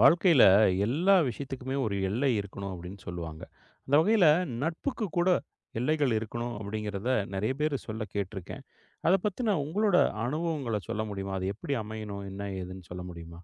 வாழ்க்கையில எல்லா விஷயத்துக்குமே ஒரு எல்லை இருக்கணும் அப்படின்னு சொல்லுவாங்க. அந்த வகையில நட்புக்கு கூட எல்லைகள் இருக்கணும் அப்படிங்கிறத நெறைய பேர் சொல்ல கேட்டிருக்கேன். அத பத்தின உங்களோட அனுபவங்கள சொல்ல முடியுமா? அது எப்படி அமையணும்? என்ன ஏதுன்னு சொல்ல முடியுமா?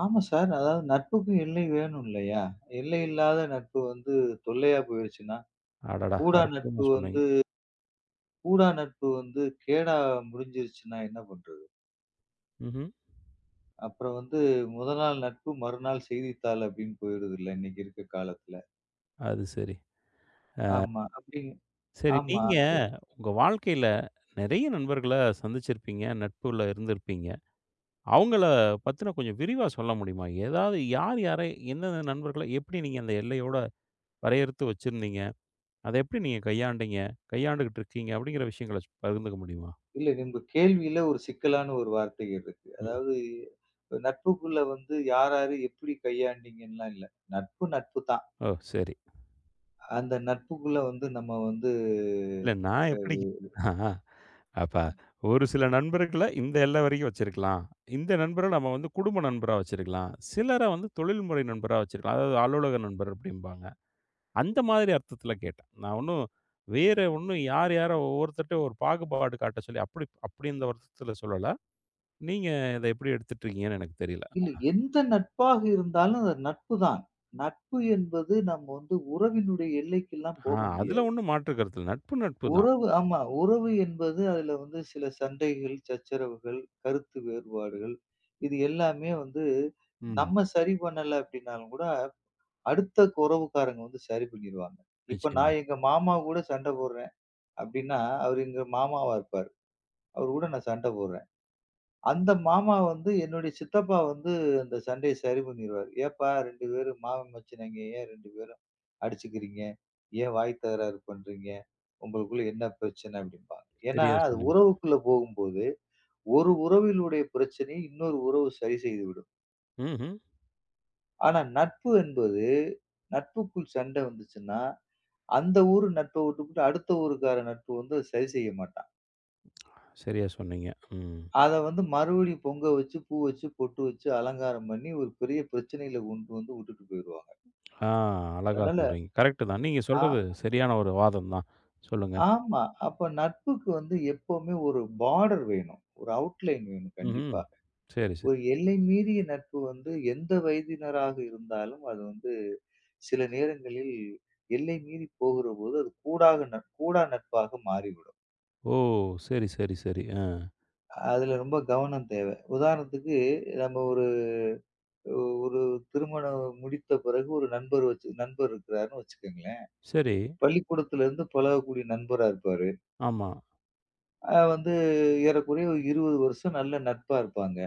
ஆமா சார். அதாவது நட்புக்கும் எல்லை வேணும் இல்லையா? எல்லை இல்லாத நட்பு வந்து தொல்லையா போயிருச்சுன்னா, அடடா! கூடா அற்புதமா நட்பு சொன்னீங்க. வந்து கூடா நட்பு வந்து கேடா முடிஞ்சிருச்சுன்னா என்ன பண்றது? ம்ஹ்ம். அப்புறம் வந்து முதல் நாள் நட்பு மறுநாள் செய்தித்தாள் அப்படின்னு போயிடுதுல்ல இன்னைக்கு இருக்க காலத்துல. அது சரி. ஆமா. அப்படிங்க. சரி ஆமா. நீங்க இ உங்க வாழ்க்கையில நெறைய நண்பர்கள சந்திச்சிருப்பீங்க. நட்புல இருந்திருப்பீங்க. அவங்கள பத்தின கொஞ்சம் விரிவா சொல்ல முடியுமா? ஏதாவது யார் யாரை எந்தெந்த நண்பர்கள எப்படி நீங்க அந்த எல்லையோட வரையறுத்து வச்சிருந்தீங்க? அத எப்படி நீங்க கையாண்டீங்க? கையாண்டுகிட்டு இருக்கீங்க அப்படிங்கிற விஷயங்கள பகிர்ந்துக்க முடியுமா? இல்ல நம்ம கேள்வியில ஒரு சிக்கலான ஒரு வார்த்தைகள் இருக்கு. ம். அதாவது நட்புக்குள்ள வந்து யார் யாரு எப்படி கையாண்டீங்கன்லாம் இல்ல. நட்பு நட்பு தான். ஓ! சரி. அந்த நட்புக்குள்ள வந்து நம்ம வந்து இல்ல நான் அ எப்படி ஆ அப்ப ஒரு சில நண்பர்கள இந்த எல்லை வரைக்கும் வச்சிருக்கலாம். இந்த நண்பர நம்ம வந்து குடும்ப நண்பரா வச்சிருக்கலாம். சிலர வந்து தொழில்முறை நண்பரா வச்சிருக்கலாம். அதாவது அலுவலக நண்பர் அப்படிம்பாங்க. அந்த மாதிரி அர்த்தத்தில கேட்டேன். நான் ஒண்ணும் வேற ஒண்ணும் யார் யார ஒவ்வொருத்தர்ட்டயும் ஒரு பாகுபாடு காட்ட சொல்லி அப்படி அப்படி இந்த அர்த்தத்தில சொல்லல. நீங்க இத எப்படி எடுத்துட்டுருக்கீங்கன்னு எனக்கு தெரியல. இல்ல எந்த நட்பாக இருந்தாலும் அது நட்பு தான். நட்பு என்பது நம்ம வந்து உறவினுடைய எல்லைக்கெல்லாம் ஆ போக அதுல முடியாது. ஒண்ணும் மாற்று கருத்து இல்ல. நட்பு நட்பு தான். உறவு ஆமா. உறவு என்பது அதுல வந்து சில சண்டைகள், சச்சரவுகள், கருத்து வேறுபாடுகள் இது எல்லாமே வந்து ம். நம்ம சரி பண்ணல அப்படின்னாலும் கூட, அடுத்த உறவுக்காரங்க வந்து சரி பண்ணிருவாங்க. இப்ப நிச்சயமா. நான் எங்க மாமா கூட சண்டை போடுறேன் அப்படின்னா, அவரு எங்க மாமாவா இருப்பாரு. அவரு கூட நான் சண்டை போடுறேன். அந்த மாமா வந்து என்னுடைய சித்தப்பா வந்து அந்த சண்டைய சரி பண்ணிருவாரு. "ஏப்பா 2 பேரும் மாமன் மச்சினங்க ஏன் 2 பேரும் அடிச்சுக்கிறீங்க? ஏன் வாய் தகராறு பண்றீங்க? உங்களுக்குள்ள என்ன பிரச்சனை?" அப்படிம்பாங்க. ஏன்னா சரியா அது சொன்னீங்க. உறவுக்குள்ள போகும்போது, ஒரு உறவினுடைய பிரச்சனையை இன்னொரு உறவு சரி செய்துவிடும். ம்ஹ்ம். ஆனா நட்பு என்பது நட்புக்குள் சண்டை வந்துச்சுன்னா, அந்த ஊர் நட்பை விட்டுப்புட்டு அடுத்த ஊருக்கார நட்பு வந்து அத சரி செய்ய மாட்டான். சரியா சொன்னீங்க. ம். அத வந்து மறுபடியும் பொங்க வச்சு, பூ வச்சு, பொட்டு வச்சு, அலங்காரம் பண்ணி ஒரு பெரிய பிரச்சனையில கொண்டு வந்து விட்டுட்டு போயிருவாங்க. ஆ அழகா அதனால சொல்றீங்க. கரெக்ட் தான். நீங்க ஆ சொல்றது சரியான ஒரு வாதம் தான். சொல்லுங்க. ஆமா. அப்ப நட்புக்கு வந்து எப்பவுமே ஒரு பார்டர் வேணும். ஒரு அவுட்லைன் வேணும் ம்ஹ்ம். கண்டிப்பா. சரி, சரி. ஒரு எல்லை மீறிய நட்பு வந்து எந்த வயதினராக இருந்தாலும் அது வந்து சில நேரங்களில் எல்லை மீறி போகிறபோது அது கூடா நட்பாக மாறிவிடும். ஓ! சரி, சரி, சரி. ஆ. அதுல ரொம்ப கவனம் தேவை. உதாரணத்துக்கு நம்ம ஒரு ஒரு திருமணம் முடித்த பிறகு ஒரு நண்பர் இருக்கிறாருன்னு வச்சுக்கங்களேன். சரி. பள்ளிக்கூடத்துல இருந்து பழகக்கூடிய நண்பரா இருப்பாரு. ஆமா. அ வந்து ஏறக்குறைய ஒரு 20 வருஷம் நல்ல நட்பா இருப்பாங்க.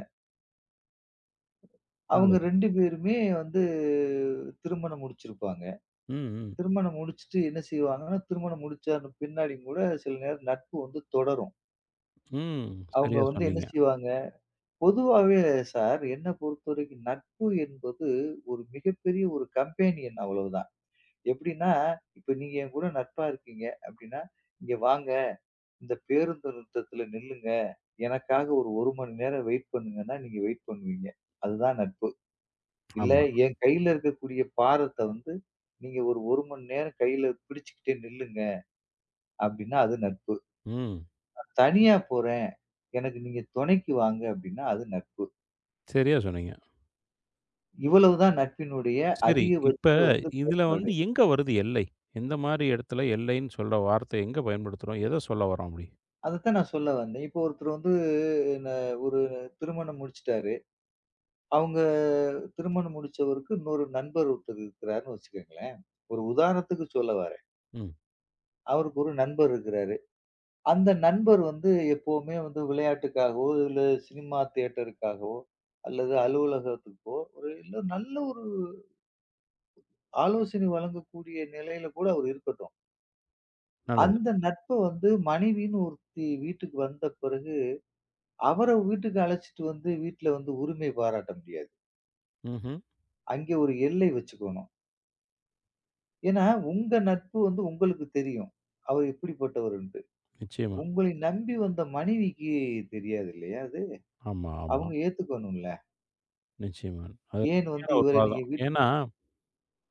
அவங்க நல்லது. 2 பேருமே வந்து திருமணம் முடிச்சிருப்பாங்க. ம், ம். திருமணம் முடிச்சுட்டு என்ன செய்வாங்கன்னா, திருமணம் முடிச்ச பின்னாடியும் கூட சில நேரம் நட்பு வந்து தொடரும். ம். அவங்க சரியா வந்து என்ன சொன்னீங்க. செய்வாங்க, பொதுவாவே சார் என்ன பொறுத்தவரைக்கும் நட்பு என்பது ஒரு மிகப்பெரிய ஒரு கம்பேனியன் அவ்வளவுதான். எப்படின்னா, இப்ப நீங்க என் கூட நட்பா இருக்கீங்க அப்படின்னா, "இங்க வாங்க, இந்த பேருந்து நிறுத்தத்துல நில்லுங்க. எனக்காக ஒரு 1 மணி நேரம் வெயிட் பண்ணுங்கன்னா" நீங்க வெயிட் பண்ணுவீங்க. அதுதான் நட்பு. இல்ல ஆமா. என் கையில இருக்கக்கூடிய பாரத்த வந்து, நீங்க ஒரு 1 மணி நேரம் கையில பிடிச்சுக்கிட்டே நில்லுங்க அப்படின்னா, அது நட்பு. ம். தனியா போறேன், எனக்கு நீங்க துணைக்கு வாங்க அப்படின்னா, அது நட்பு. சரியா சொன்னீங்க. இவ்வளவுதான் நட்பினுடைய சரி, இப்ப அதிகபட்ச வந்து இதுல பயன்பாடு. வந்து எங்க வருது எல்லை? எந்த மாரி இடத்துல எல்லைன்னு சொல்ற வார்த்தை எங்க பயன்படுத்துறோம்? எத சொல்ல வரோம் அப்படி? அதத்தான் நான் சொல்ல வந்தேன். இப்போ ஒருத்தர் வந்து ந ஒரு திருமணம் முடிச்சுட்டாரு. அவங்க திருமணம் முடிச்சவருக்கு இன்னொரு நண்பர் ஒருத்தர் இருக்கிறாருன்னு வச்சுக்கங்களேன். ஒரு உதாரணத்துக்கு சொல்ல வரேன். ம். அவருக்கு ஒரு நண்பர் இருக்கிறாரு. அந்த நண்பர் வந்து எப்பவுமே வந்து விளையாட்டுக்காகவோ, இல்ல சினிமா தியேட்டருக்காகவோ, அல்லது அலுவலகத்துக்கோ, ஒரு இல்ல நல்ல ஒரு ஆலோசனை வழங்கக்கூடிய நிலையில கூட அவர் இருக்கட்டும். நல்லது. அந்த நட்ப வந்து மனைவின்னு ஒருத்தி வீட்டுக்கு வந்த பிறகு, அவர வீட்டுக்கு அழைச்சிட்டு வந்து வீட்ல வந்து உரிமை பாராட்ட முடியாது. ம்ஹ்ம். அங்கே ஒரு எல்லை வச்சுக்கணும். ஏன்னா, உங்க நட்பு வந்து உங்களுக்கு தெரியும். அவர் எப்படிப்பட்டவருன்ட்டு. நிச்சயமா. உங்களை நம்பி வந்த மனைவிக்கு தெரியாது இல்லையா அது? ஆமா, ஆமா. அவங்க ஏத்துக்கணும்ல. நிச்சயமா. அது ஏன் உண்மையான வந்து ஒரு இவரை நீங்க வாதம். வீட்டுக்கு ஏன்னா,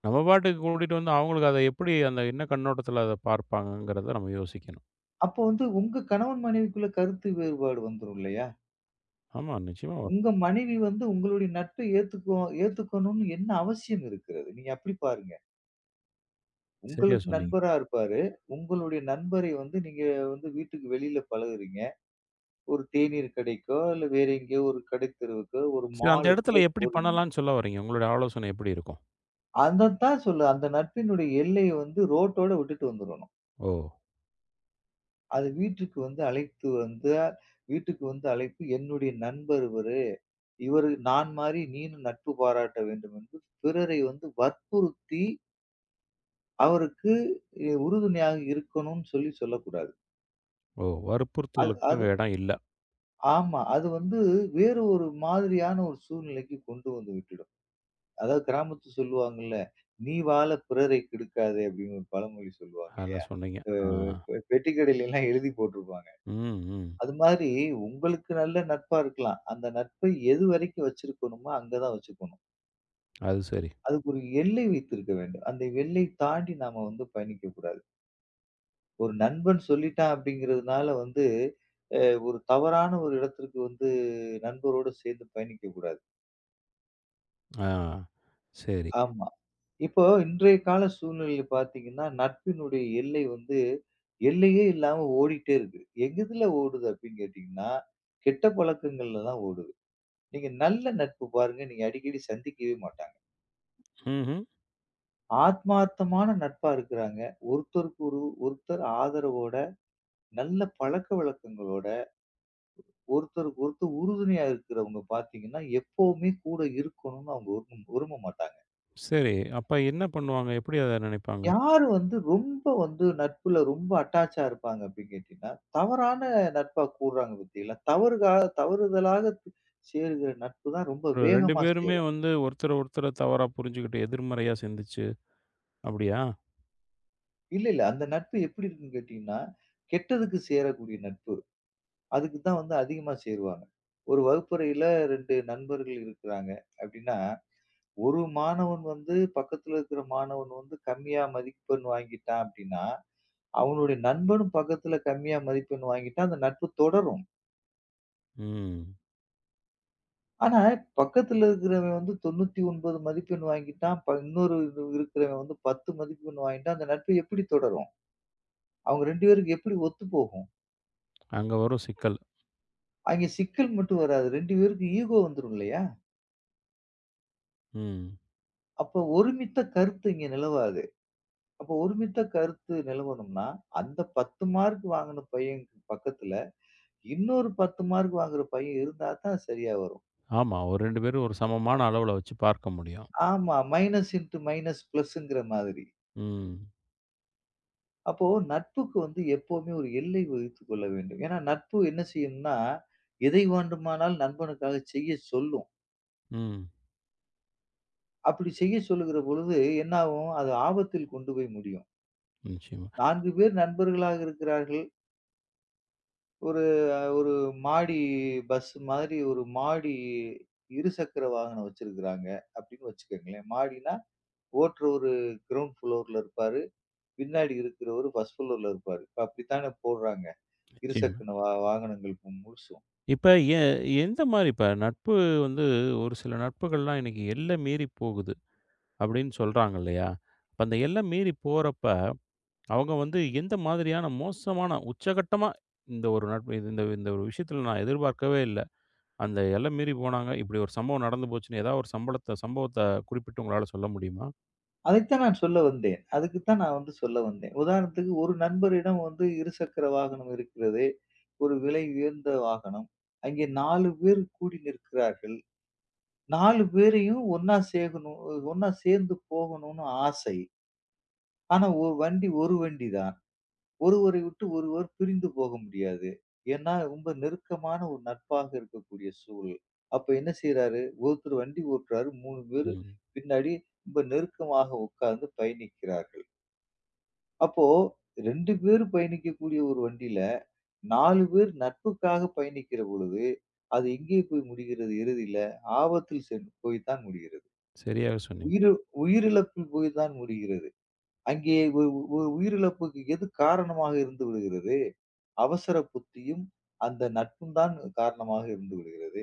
நம்ம பாட்டுக்கு கூட்டிட்டு வந்து அவங்களுக்கு அத எப்படி அந்த என்ன கண்ணோட்டத்துல அத பார்ப்பாங்கங்கிறத நம்ம யோசிக்கணும். அப்போ வந்து உங்க கணவன் மனைவிக்குள்ள கருத்து வேறுபாடு வந்துரும் இல்லையா? ஆமா, நிச்சயமா வரும். உங்க மனைவி வந்து உங்களுடைய நட்பை ஏத்துக்கணும்னு என்ன அவசியம் இருக்கிறது? நீங்க அப்படி பாருங்க. சரியா உங்களுக்கு சொன்னீங்க. நண்பரா இருப்பாரு. உங்களுடைய நண்பரை வந்து நீங்க வந்து வீட்டுக்கு வெளியில பழகுறீங்க. ஒரு தேநீர் கடைக்கோ, இல்ல வேற எங்கேயோ ஒரு கடைத்தெருவுக்கோ, ஒரு சரி அந்த மாலுக்கோ இடத்துல எப்படி போறீங்க. பண்ணலாம்னு சொல்ல வர்றீங்க? உங்களுடைய ஆலோசனை எப்படி இருக்கும்? அதத்தான் சொல்லு. அந்த நட்பினுடைய எல்லைய வந்து ரோட்டோட விட்டுட்டு வந்துரணும். ஓ! அது வீட்டுக்கு வந்து அழைத்து வந்தா வீட்டுக்கு வந்து அழைப்பு என்னுடைய நண்பர் இவரு. இவரு நான் மாரி நீனும் நட்பு பாராட்ட வேண்டும் என்று பிறரை வந்து வற்புறுத்தி அவருக்கு உறுதுணையாக இருக்கணும்னு சொல்லி சொல்லக்கூடாது. ஓ! அது வற்புறுத்தலுக்கு அது அங்க இடம் இல்ல. ஆமா. அது வந்து வேறு ஒரு மாதிரியான ஒரு சூழ்நிலைக்கு கொண்டு வந்து விட்டுடும். அதாவது கிராமத்து சொல்லுவாங்கல்ல, "நீ வாழ பிறரை கெடுக்காதே" அப்படின்னு ஒரு பழமொழி சொல்லுவாங்க இல்லையா? அதெல்லாம் சொன்னீங்க. அ ஆ. பெ பெட்டிக்கடையிலலாம் எழுதி போட்டிருப்பாங்க. ம், ம். அது மாதிரி உங்களுக்கு நல்ல நட்பா இருக்கலாம். அந்த நட்பை எது வரைக்கும் வச்சிருக்கணுமோ, அங்க தான் வச்சுக்கணும். அது சரி. அதுக்கு ஒரு எல்லை வைத்திருக்க வேண்டும். அந்த எல்லை தாண்டி நாம வந்து பயணிக்கக் கூடாது. ஒரு நண்பன் சொல்லிட்டான் அப்படிங்கிறதுனால வந்து, அ ஒரு தவறான ஒரு இடத்திற்கு வந்து நண்பரோடு சேர்ந்து பயணிக்கக் கூடாது. ஆ. சரி. ஆமா. இப்போ இன்றைய கால சூழ்நிலையில பார்த்தீங்கன்னா, நட்பினுடைய எல்லை வந்து எல்லையே இல்லாம ஓடிட்டே இருக்கு. எதுல ஓடுது அப்படின்னு கேட்டீங்கன்னா, கெட்ட பழக்கங்கள்ல தான் ஓடுது. நீங்க நல்ல நட்பு பாருங்க, நீங்க அடிக்கடி சந்திக்கவே மாட்டாங்க. ம்ஹ்ம். ஆத்மார்த்தமான நட்பா இருக்கிறாங்க. ஒருத்தருக்கு ஒருத்தர் ஆதரவோட, நல்ல பழக்கவழக்கங்களோட, ஒருத்தருக்கு ஒருத்தர் உறுதுணையா இருக்கிறவங்க பார்த்தீங்கன்னா, எப்பவுமே கூட இருக்கணும்னு அவங்க விரும்ப விரும்ப மாட்டாங்க. சரி. அப்ப என்ன பண்ணுவாங்க? எப்படி அத நினைப்பாங்க? யாரு வந்து ரொம்ப வந்து நட்புல ரொம்ப அட்டாச்சா இருப்பாங்க அப்படின்னு கேட்டீங்கன்னா, தவறான நட்பா கூடுறாங்க பாத்தீங்களா? தவறுதலாக தி- சேருகிற நட்பு தான் ரொம்ப ஒரு 2 வேகமா பேருமே சேரும். வந்து ஒருத்தர ஒருத்தர தவறா புரிஞ்சுகிட்டு எதிர்மறையா சிந்திச்சு, அப்படியா? இல்ல, இல்ல. அந்த நட்பு எப்படி இருக்குன்னு கேட்டீங்கன்னா, கெட்டதுக்கு சேரக்கூடிய நட்பு. அதுக்கு தான் வந்து அதிகமா சேருவாங்க. ஒரு வகுப்பறையில 2 நண்பர்கள் இருக்கிறாங்க அப்படின்னா, ஒரு மாணவன் வந்து பக்கத்துல இருக்கிற மாணவன் வந்து கம்மியா மதிப்பெண் வாங்கிட்டான் அப்படின்னா, அவனுடைய நண்பனும் பக்கத்துல கம்மியா மதிப்பெண் வாங்கிட்டா அந்த நட்பு தொடரும். ம். ஆனா, பக்கத்துல இருக்கிறவன் வந்து 99 மதிப்பெண் வாங்கிட்டான். இன்னொரு இது இருக்கிறவன் வந்து 10 மதிப்பெண் வாங்கிட்டான். அந்த நட்பு எப்படி தொடரும்? அவங்க 2 பேருக்கு எப்படி ஒத்துப்போகும்? அங்க வரும் சிக்கல். அங்கே சிக்கல் மட்டும் வராது. 2 பேருக்கு ஈகோ வந்துரும் இல்லையா? ம். அப்ப ஒருமித்த கருத்து இங்க நிலவாது. அப்ப ஒருமித்த கருத்து நிலவணும்னா, அந்த 10 மார்க் வாங்கின பையன் பக்கத்துல இன்னொரு 10 மார்க் வாங்குற பையன் இருந்தா தான் சரியா வரும். ஆமா. ஒரு 2 பேரும் ஒரு சமமான அளவுல வச்சு பார்க்க முடியும். ஆமா. மைனஸ் இன்டு மைனஸ் பிளஸ்ங்கிற மாதிரி. ம். அப்போ நட்புக்கு வந்து எப்பவுமே ஒரு எல்லை வகுத்துக் கொள்ள வேண்டும். ஏன்னா நட்பு என்ன செய்யும்னா, எதை வேண்டுமானால் நண்பனுக்காக செய்ய சொல்லும். ம். அப்படி செய்ய சொல்லுகிற பொழுது என்ன ஆகும்? அது ஆபத்தில் கொண்டு போய் முடியும். நிச்சயமா, 4 பேர் நண்பர்களாக இருக்கிறார்கள். ஒரு ஒரு மாடி பஸ் மாதிரி ஒரு மாடி இருசக்கர வாகனம் வச்சிருக்கிறாங்க அப்படின்னு வச்சுக்கங்களேன். மாடின்னா ஓட்டுறவரு கிரவுண்ட் ஃப்ளோர்ல இருப்பாரு. பின்னாடி இருக்கிறவரு ஃபர்ஸ்ட் ஃப்ளோர்ல இருப்பாரு. இப்ப அப்படித்தானே போடுறாங்க. நிச்சயமா. இருசக்கர வா வாகனங்கள் முழுசும். இப்ப எ எந்த மாரி இப்ப நட்பு வந்து ஒரு சில நட்புகள்லாம் இன்னைக்கு எல்லை மீறி போகுது அப்படின்னு சொல்றாங்க இல்லையா? அப்ப அந்த எல்லை மீறி போறப்ப, அவங்க வந்து எந்த மாதிரியான மோசமான உச்சகட்டமா இந்த ஒரு நட்பு இது இந்த இந்த ஒரு விஷயத்துல நான் எதிர்பார்க்கவே இல்ல. அந்த எல்லை மீறி போனாங்க. இப்படி ஒரு சம்பவம் நடந்து போச்சுன்னு ஏதாவது ஒரு சம்பவத்த குறிப்பிட்டு உங்களால சொல்ல முடியுமா? அதைத்தான் நான் சொல்ல வந்தேன். அதுக்குத்தான் நான் வந்து சொல்ல வந்தேன். உதாரணத்துக்கு ஒரு நண்பரிடம் வந்து இருசக்கர வாகனம் இருக்கிறது. ஒரு விலை உயர்ந்த வாகனம். அங்கே 4 பேர் கூடி நிற்கிறார்கள். 4 பேரையும் ஒண்ணா சேகணும் ஒண்ணா சேர்ந்து போகணும்னு ஆசை. ஆனா ஒரு வண்டி தான். ஒருவரை விட்டு ஒருவர் பிரிந்து போக முடியாது. ஏன்னா ரொம்ப நெருக்கமான ஒரு நட்பாக இருக்கக்கூடிய சூழல். அப்ப என்ன செய்றாரு, ஒருத்தர் வண்டி ஓட்டுறாரு. 3 பேரு ம். பின்னாடி ரொம்ப நெருக்கமாக உட்கார்ந்து பயணிக்கிறார்கள். அப்போ 2 பேர் பயணிக்கக்கூடிய ஒரு வண்டியில 4 பேர் நட்புக்காக பயணிக்கிற பொழுது, அது எங்கே போய் முடிகிறது இறுதியில? ஆபத்தில் சென்று போய் தான் முடிகிறது. சரியாக சொன்னீங்க. உயிர் உயிரிழப்பில் போய் தான் முடிகிறது. அங்கே ஒ ஒரு உயிரிழப்புக்கு எது காரணமாக இருந்து விடுகிறது? அவசர புத்தியும், அந்த நட்பும் தான் காரணமாக இருந்து விடுகிறது.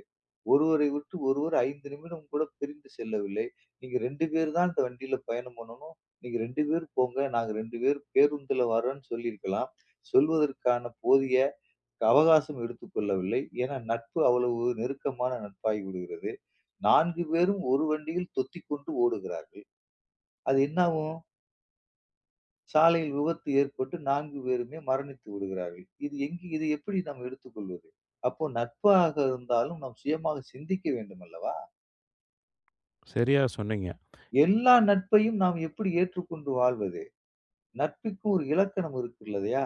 ஒருவரை விட்டு ஒருவர் 5 நிமிடம் கூட பிரிந்து செல்லவில்லை. நீங்க 2 பேர் தான் இந்த வண்டியில பயணம் பண்ணணும். நீங்க 2 பேர் போங்க. நாங்க 2 பேர் பேருந்துல வர்றோம்ன்னு சொல்லியிருக்கலாம். சொல்வதற்கான போதிய அவகாசம் எடுத்துக்கொள்ளவில்லை. ஏன்னா நட்பு அவ்வளவு நெருக்கமான நட்பாகி விடுகிறது. 4 பேரும் ஒரு வண்டியில் தொத்திக்கொண்டு ஓடுகிறார்கள். அது என்னாகும்? சாலையில் விபத்து ஏற்பட்டு 4 பேருமே மரணித்து விடுகிறார்கள். இது எப்படி நாம் எடுத்துக்கொள்வது? அப்போ நட்பாக இருந்தாலும் நாம் சுயமாக சிந்திக்க வேண்டும் அல்லவா? சரியா சொன்னீங்க. எல்லா நட்பையும் நாம் எப்படி ஏற்றுக்கொண்டு வாழ்வது? நட்புக்கு ஒரு இலக்கணம் இருக்கு இல்லையா?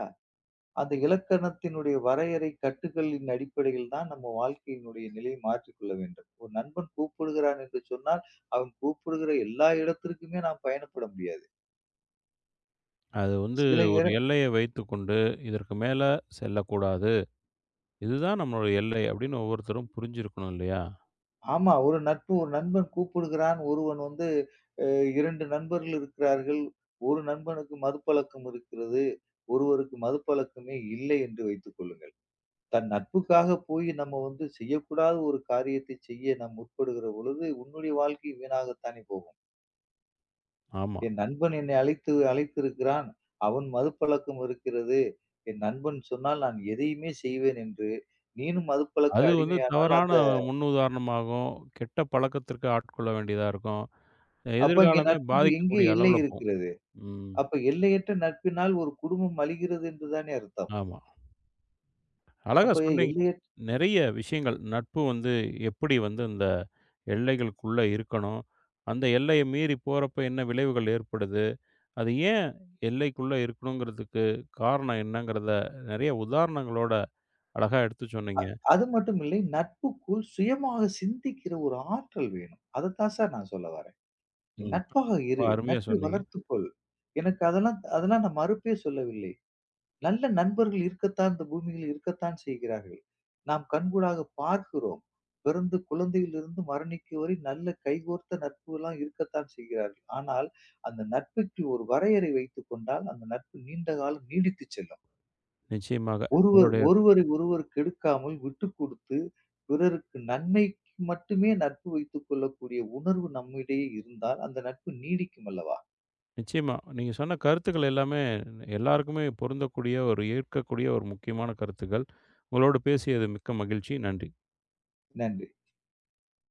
அந்த இலக்கணத்தினுடைய வரையறை, கட்டுகளின் அடிப்படையில் தான் நம்ம வாழ்க்கையினுடைய நிலையை மாற்றிக்கொள்ள வேண்டும். ஒரு நண்பன் கூப்பிடுகிறான் என்று சொன்னால், அவன் கூப்பிடுகிற எல்லா இடத்திற்குமே நாம் பயணப்பட முடியாது. அது வந்து சில ஒரு இர எல்லைய வைத்துக்கொண்டு, இதற்கு மேல செல்லக்கூடாது. இதுதான் நம்மளோட எல்லை அப்படின்னு ஒவ்வொருத்தரும் புரிஞ்சிருக்கணும் இல்லையா? ஆமா. ஒரு நண்பன் கூப்பிடுகிறான். ஒருவன் வந்து அ 2 நண்பர்கள் இருக்கிறார்கள். ஒரு நண்பனுக்கு மதுப்பழக்கம் இருக்கிறது. ஒருவருக்கு மதுப்பழக்கமே இல்லை என்று வைத்துக் கொள்ளுங்கள். தன் நட்புக்காக போய் நம்ம வந்து செய்யக்கூடாத ஒரு காரியத்தை செய்ய நாம் முற்படுகிற பொழுது, உன்னுடைய வாழ்க்கை வீணாகத்தானே போகும். ஆமா. என் நண்பன் என்னை அழைத்திருக்கிறான். அவன் மதுப்பழக்கம் இருக்கிறது. என் நண்பன் சொன்னால் நான் எதையுமே செய்வேன் என்று, நீனும் மதுப்பழக்க அது வந்து அடிமையானால் தவறான அந்த முன்னுதாரணமாகும். கெட்ட பழக்கத்திற்கு ஆட்கொள்ள வேண்டியதா இருக்கும். அப்ப இங்க எதிர்காலமே நட்புக்கு எங்கே பாதிக்கக்கூடிய எல்லை அளவுல போகும். இருக்கிறது? ம். அப்ப எல்லையற்ற நட்பினால் ஒரு குடும்பம் அழிகிறது என்று தானே அர்த்தம். ஆமா. அழகா அப்ப சொன்னீங்க. எல்லையற் நெறைய விஷயங்கள் நட்பு வந்து எப்படி வந்து அந்த எல்லைகளுக்குள்ள இருக்கணும்? அந்த எல்லைய மீறி போறப்ப என்ன விளைவுகள் ஏற்படுது? அது ஏன் எல்லைக்குள்ள இருக்கணுங்கிறதுக்கு காரணம் என்னங்கிறத நெறைய உதாரணங்களோட அழகா எடுத்து சொன்னீங்க. அது மட்டும் இல்லை, நட்புக்குள் சுயமாக சிந்திக்கிற ஒரு ஆற்றல் வேணும். அதத்தான் சார் நான் சொல்ல வரேன். நீ ம். நட்பாக ரொம்ப இரு. அருமையா நட்பை சொன்னீங்க. வளர்த்துக்கொள். எனக்கு அதெல்லாம் அதெல்லாம் நான் மறுப்பே சொல்லவில்லை. நல்ல நண்பர்கள் இருக்கத்தான் இந்த பூமியில் இருக்கத்தான் செய்கிறார்கள். நாம் கண்கூடாக பார்க்கிறோம். பிறந்து குழந்தையிலிருந்து மரணிக்கும் வரை நல்ல கைகோர்த்த நட்புலாம் இருக்கத்தான் செய்கிறார்கள். ஆனால், அந்த நட்புக்கு ஒரு வரையறை வைத்துக் கொண்டால், அந்த நட்பு நீண்ட காலம் நீடித்துச் செல்லும். நிச்சயமாக. ஒருவர் உங்களுடைய ஒருவரை ஒருவர் கெடுக்காமல் விட்டுக் கொடுத்து, பிறருக்கு நன்மைக்கு மட்டுமே நட்பு வைத்துக் கொள்ளக்கூடிய உணர்வு நம்மிடையே இருந்தால், அந்த நட்பு நீடிக்கும் அல்லவா? நிச்சயமா. நீங்க சொன்ன கருத்துக்கள் எல்லாமே எல்லாருக்குமே பொருந்தக்கூடிய ஒரு ஏற்கக்கூடிய ஒரு முக்கியமான கருத்துக்கள். உங்களோடு பேசியது மிக்க மகிழ்ச்சி. நன்றி. நன்றி.